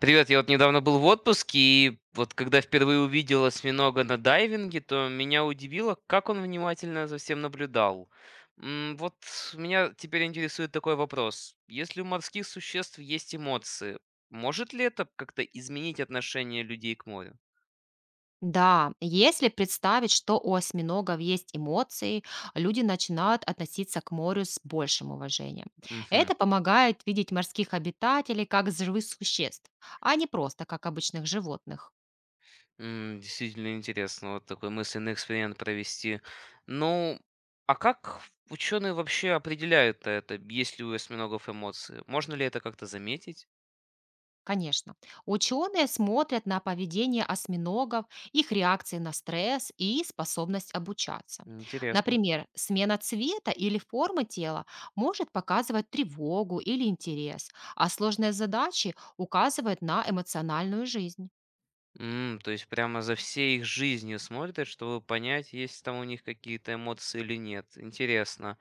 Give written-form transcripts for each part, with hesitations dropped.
Привет, я вот недавно был в отпуске, и вот когда впервые увидел осьминога на дайвинге, то меня удивило, как он внимательно за всем наблюдал. Вот меня теперь интересует такой вопрос. Если у морских существ есть эмоции, может ли это как-то изменить отношение людей к морю? Да, если представить, что у осьминогов есть эмоции, люди начинают относиться к морю с большим уважением. Мгм. Это помогает видеть морских обитателей как живых существ, а не просто как обычных животных. Действительно интересно вот такой мысленный эксперимент провести. Ну, а как ученые вообще определяют это, есть ли у осьминогов эмоции? Можно ли это как-то заметить? Конечно. Ученые смотрят на поведение осьминогов, их реакции на стресс и способность обучаться. Интересно. Например, смена цвета или формы тела может показывать тревогу или интерес, а сложные задачи указывают на эмоциональную жизнь. То есть прямо за всей их жизнью смотрят, чтобы понять, есть там у них какие-то эмоции или нет. Интересно.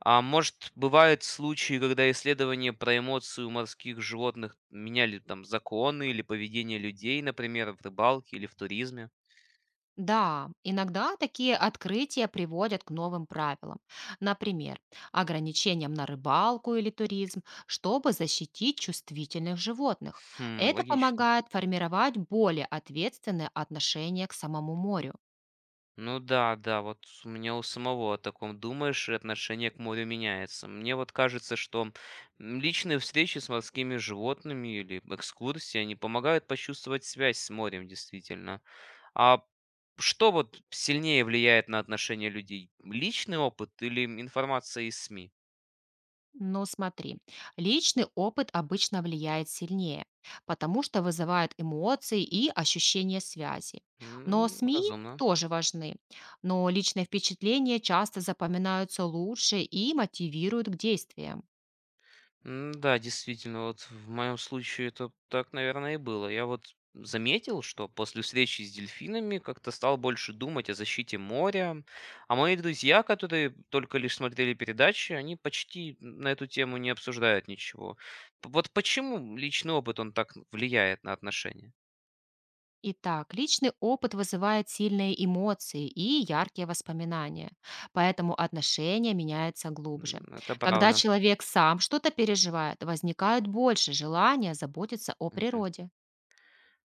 А может, бывают случаи, когда исследования про эмоции у морских животных меняли там законы или поведение людей, например, в рыбалке или в туризме? Да, иногда такие открытия приводят к новым правилам, например, ограничениям на рыбалку или туризм, чтобы защитить чувствительных животных. Хм, Это логично. помогает формировать более ответственное отношение к самому морю. Ну да, да, вот у меня у самого о таком думаешь, и отношение к морю меняется. Мне вот кажется, что личные встречи с морскими животными или экскурсии, они помогают почувствовать связь с морем, действительно. А что вот сильнее влияет на отношение людей? Личный опыт или информация из СМИ? Но смотри, личный опыт обычно влияет сильнее, потому что вызывает эмоции и ощущение связи. Но СМИ Разумно. тоже важны, но личные впечатления часто запоминаются лучше и мотивируют к действиям. Да, действительно, вот в моем случае это так, наверное, и было. Я вот заметил, что после встречи с дельфинами как-то стал больше думать о защите моря, а мои друзья, которые только лишь смотрели передачи, они почти на эту тему не обсуждают ничего. Вот почему личный опыт, он так влияет на отношения? Итак, личный опыт вызывает сильные эмоции и яркие воспоминания, поэтому отношения меняются глубже. Это Когда правда. человек сам что-то переживает, возникает больше желания заботиться о Мгм. природе.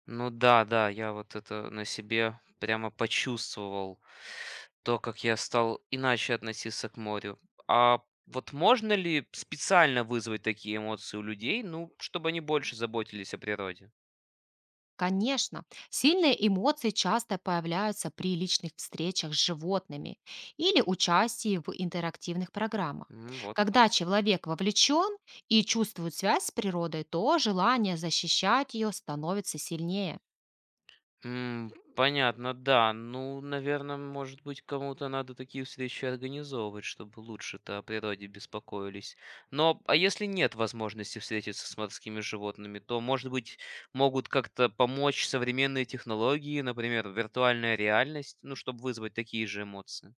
Ну да, да, я вот это на себе прямо почувствовал, то, как я стал иначе относиться к морю. А вот можно ли специально вызвать такие эмоции у людей, ну, чтобы они больше заботились о природе? Конечно, сильные эмоции часто появляются при личных встречах с животными или участии в интерактивных программах. М, Вот Когда человек вовлечен и чувствует связь с природой, то желание защищать ее становится сильнее. М, понятно, да. Ну, наверное, может быть, кому-то надо такие встречи организовывать, чтобы лучше-то о природе беспокоились. Но, а если нет возможности встретиться с морскими животными, то, может быть, могут как-то помочь современные технологии, например, виртуальная реальность, ну, чтобы вызвать такие же эмоции.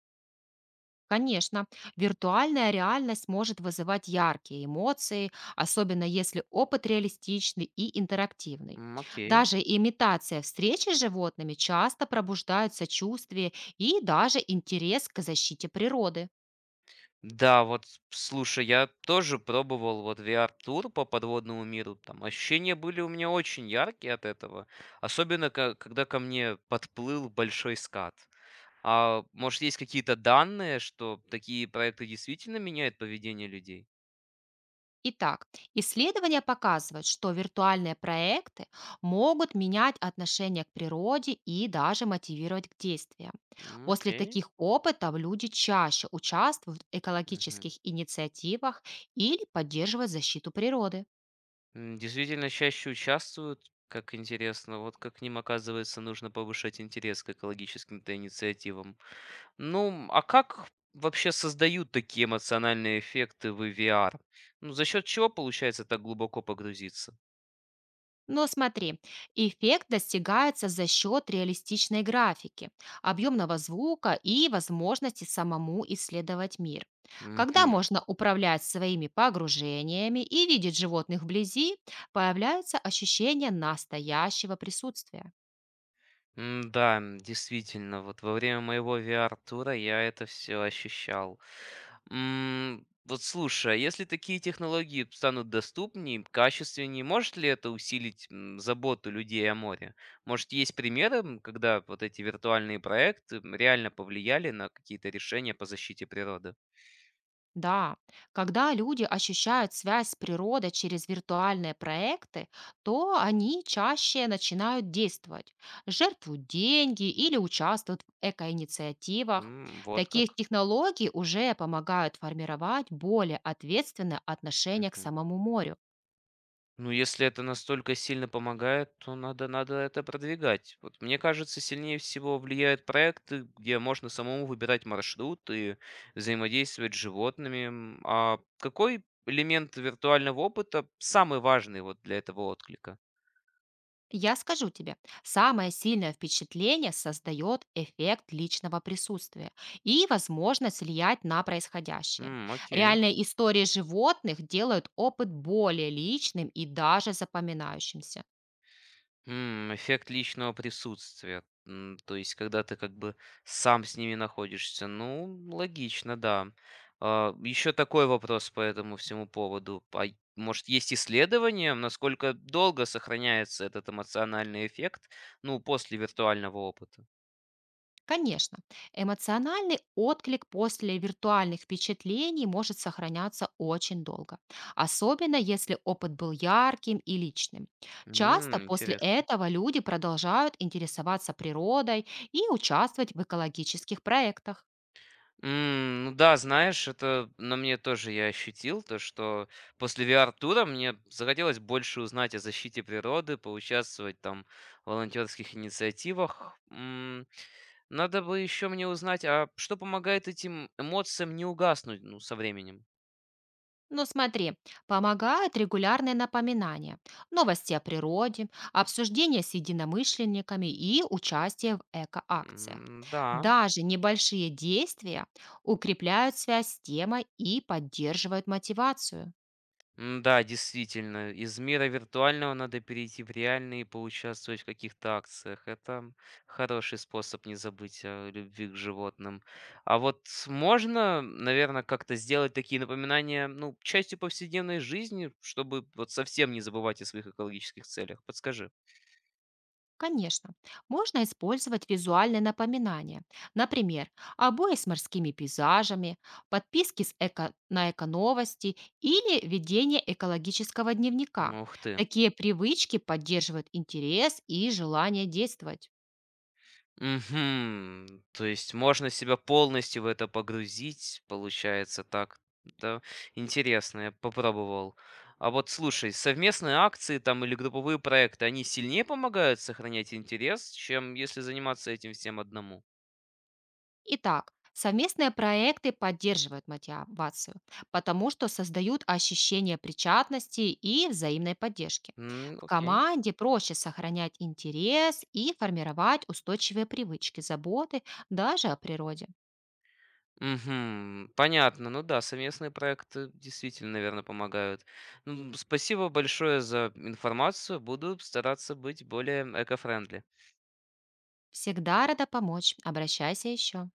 Конечно, виртуальная реальность может вызывать яркие эмоции, особенно если опыт реалистичный и интерактивный. Окей. Даже имитация встречи с животными часто пробуждает сочувствие и даже интерес к защите природы. Да, вот слушай, я тоже пробовал вот VR-тур по подводному миру. Там ощущения были у меня очень яркие от этого. Особенно, когда ко мне подплыл большой скат. А может, есть какие-то данные, что такие проекты действительно меняют поведение людей? Итак, исследования показывают, что виртуальные проекты могут менять отношение к природе и даже мотивировать к действиям. После Окей. таких опытов люди чаще участвуют в Мгм. экологических инициативах или поддерживают защиту природы. Действительно чаще участвуют, как интересно. Вот как к ним, оказывается, нужно повышать интерес к экологическим-то инициативам. Ну, а как вообще создают такие эмоциональные эффекты в VR? Ну, за счет чего получается так глубоко погрузиться? Но смотри, эффект достигается за счет реалистичной графики, объемного звука и возможности самому исследовать мир. Когда Мгм. можно управлять своими погружениями и видеть животных вблизи, появляется ощущение настоящего присутствия. Да, действительно, вот во время моего VR-тура я это все ощущал. Вот слушай, а если такие технологии станут доступнее, качественнее, может ли это усилить заботу людей о море? Может, есть примеры, когда вот эти виртуальные проекты реально повлияли на какие-то решения по защите природы? Да, когда люди ощущают связь с природой через виртуальные проекты, то они чаще начинают действовать, жертвуют деньги или участвуют в экоинициативах. Вот Таких как. технологий уже помогают формировать более ответственное отношение к Мгм. самому морю. Ну, если это настолько сильно помогает, то надо, надо это продвигать. Вот мне кажется, сильнее всего влияют проекты, где можно самому выбирать маршрут и взаимодействовать с животными. А какой элемент виртуального опыта самый важный вот для этого отклика? Я скажу тебе, самое сильное впечатление создает эффект личного присутствия и возможность влиять на происходящее. Окей. Реальные истории животных делают опыт более личным и даже запоминающимся. Эффект личного присутствия. То есть, когда ты как бы сам с ними находишься. Ну, логично, да. А, еще такой вопрос по этому всему поводу. А может, есть исследование, насколько долго сохраняется этот эмоциональный эффект, ну, после виртуального опыта? Конечно, эмоциональный отклик после виртуальных впечатлений может сохраняться очень долго, особенно если опыт был ярким и личным. Часто после Интересно. этого люди продолжают интересоваться природой и участвовать в экологических проектах. Ну да, знаешь, это на мне тоже я ощутил, то что после VR-тура мне захотелось больше узнать о защите природы, поучаствовать там в волонтерских инициативах. Надо бы еще мне узнать, а что помогает этим эмоциям не угаснуть ну, со временем? Но смотри, помогают регулярные напоминания, новости о природе, обсуждения с единомышленниками и участие в экоакциях. Да. Даже небольшие действия укрепляют связь с темой и поддерживают мотивацию. М-да, действительно, из мира виртуального надо перейти в реальный и поучаствовать в каких-то акциях. Это хороший способ не забыть о любви к животным. А вот можно, наверное, как-то сделать такие напоминания, ну, частью повседневной жизни, чтобы вот совсем не забывать о своих экологических целях? Подскажи. Конечно, можно использовать визуальные напоминания. Например, обои с морскими пейзажами, подписки с эко- на эко-новости или ведение экологического дневника. Ух ты. Такие привычки поддерживают интерес и желание действовать. Мгм. То есть можно себя полностью в это погрузить, получается так. Да, интересно, я попробовал. А вот слушай, совместные акции там или групповые проекты, они сильнее помогают сохранять интерес, чем если заниматься этим всем одному? Итак, совместные проекты поддерживают мотивацию, потому что создают ощущение причастности и взаимной поддержки. В Окей. команде проще сохранять интерес и формировать устойчивые привычки, заботы даже о природе. Мгм. Понятно. Ну да, совместные проекты действительно, наверное, помогают. Ну, спасибо большое за информацию. Буду стараться быть более экофрендли. Всегда рада помочь. Обращайся еще.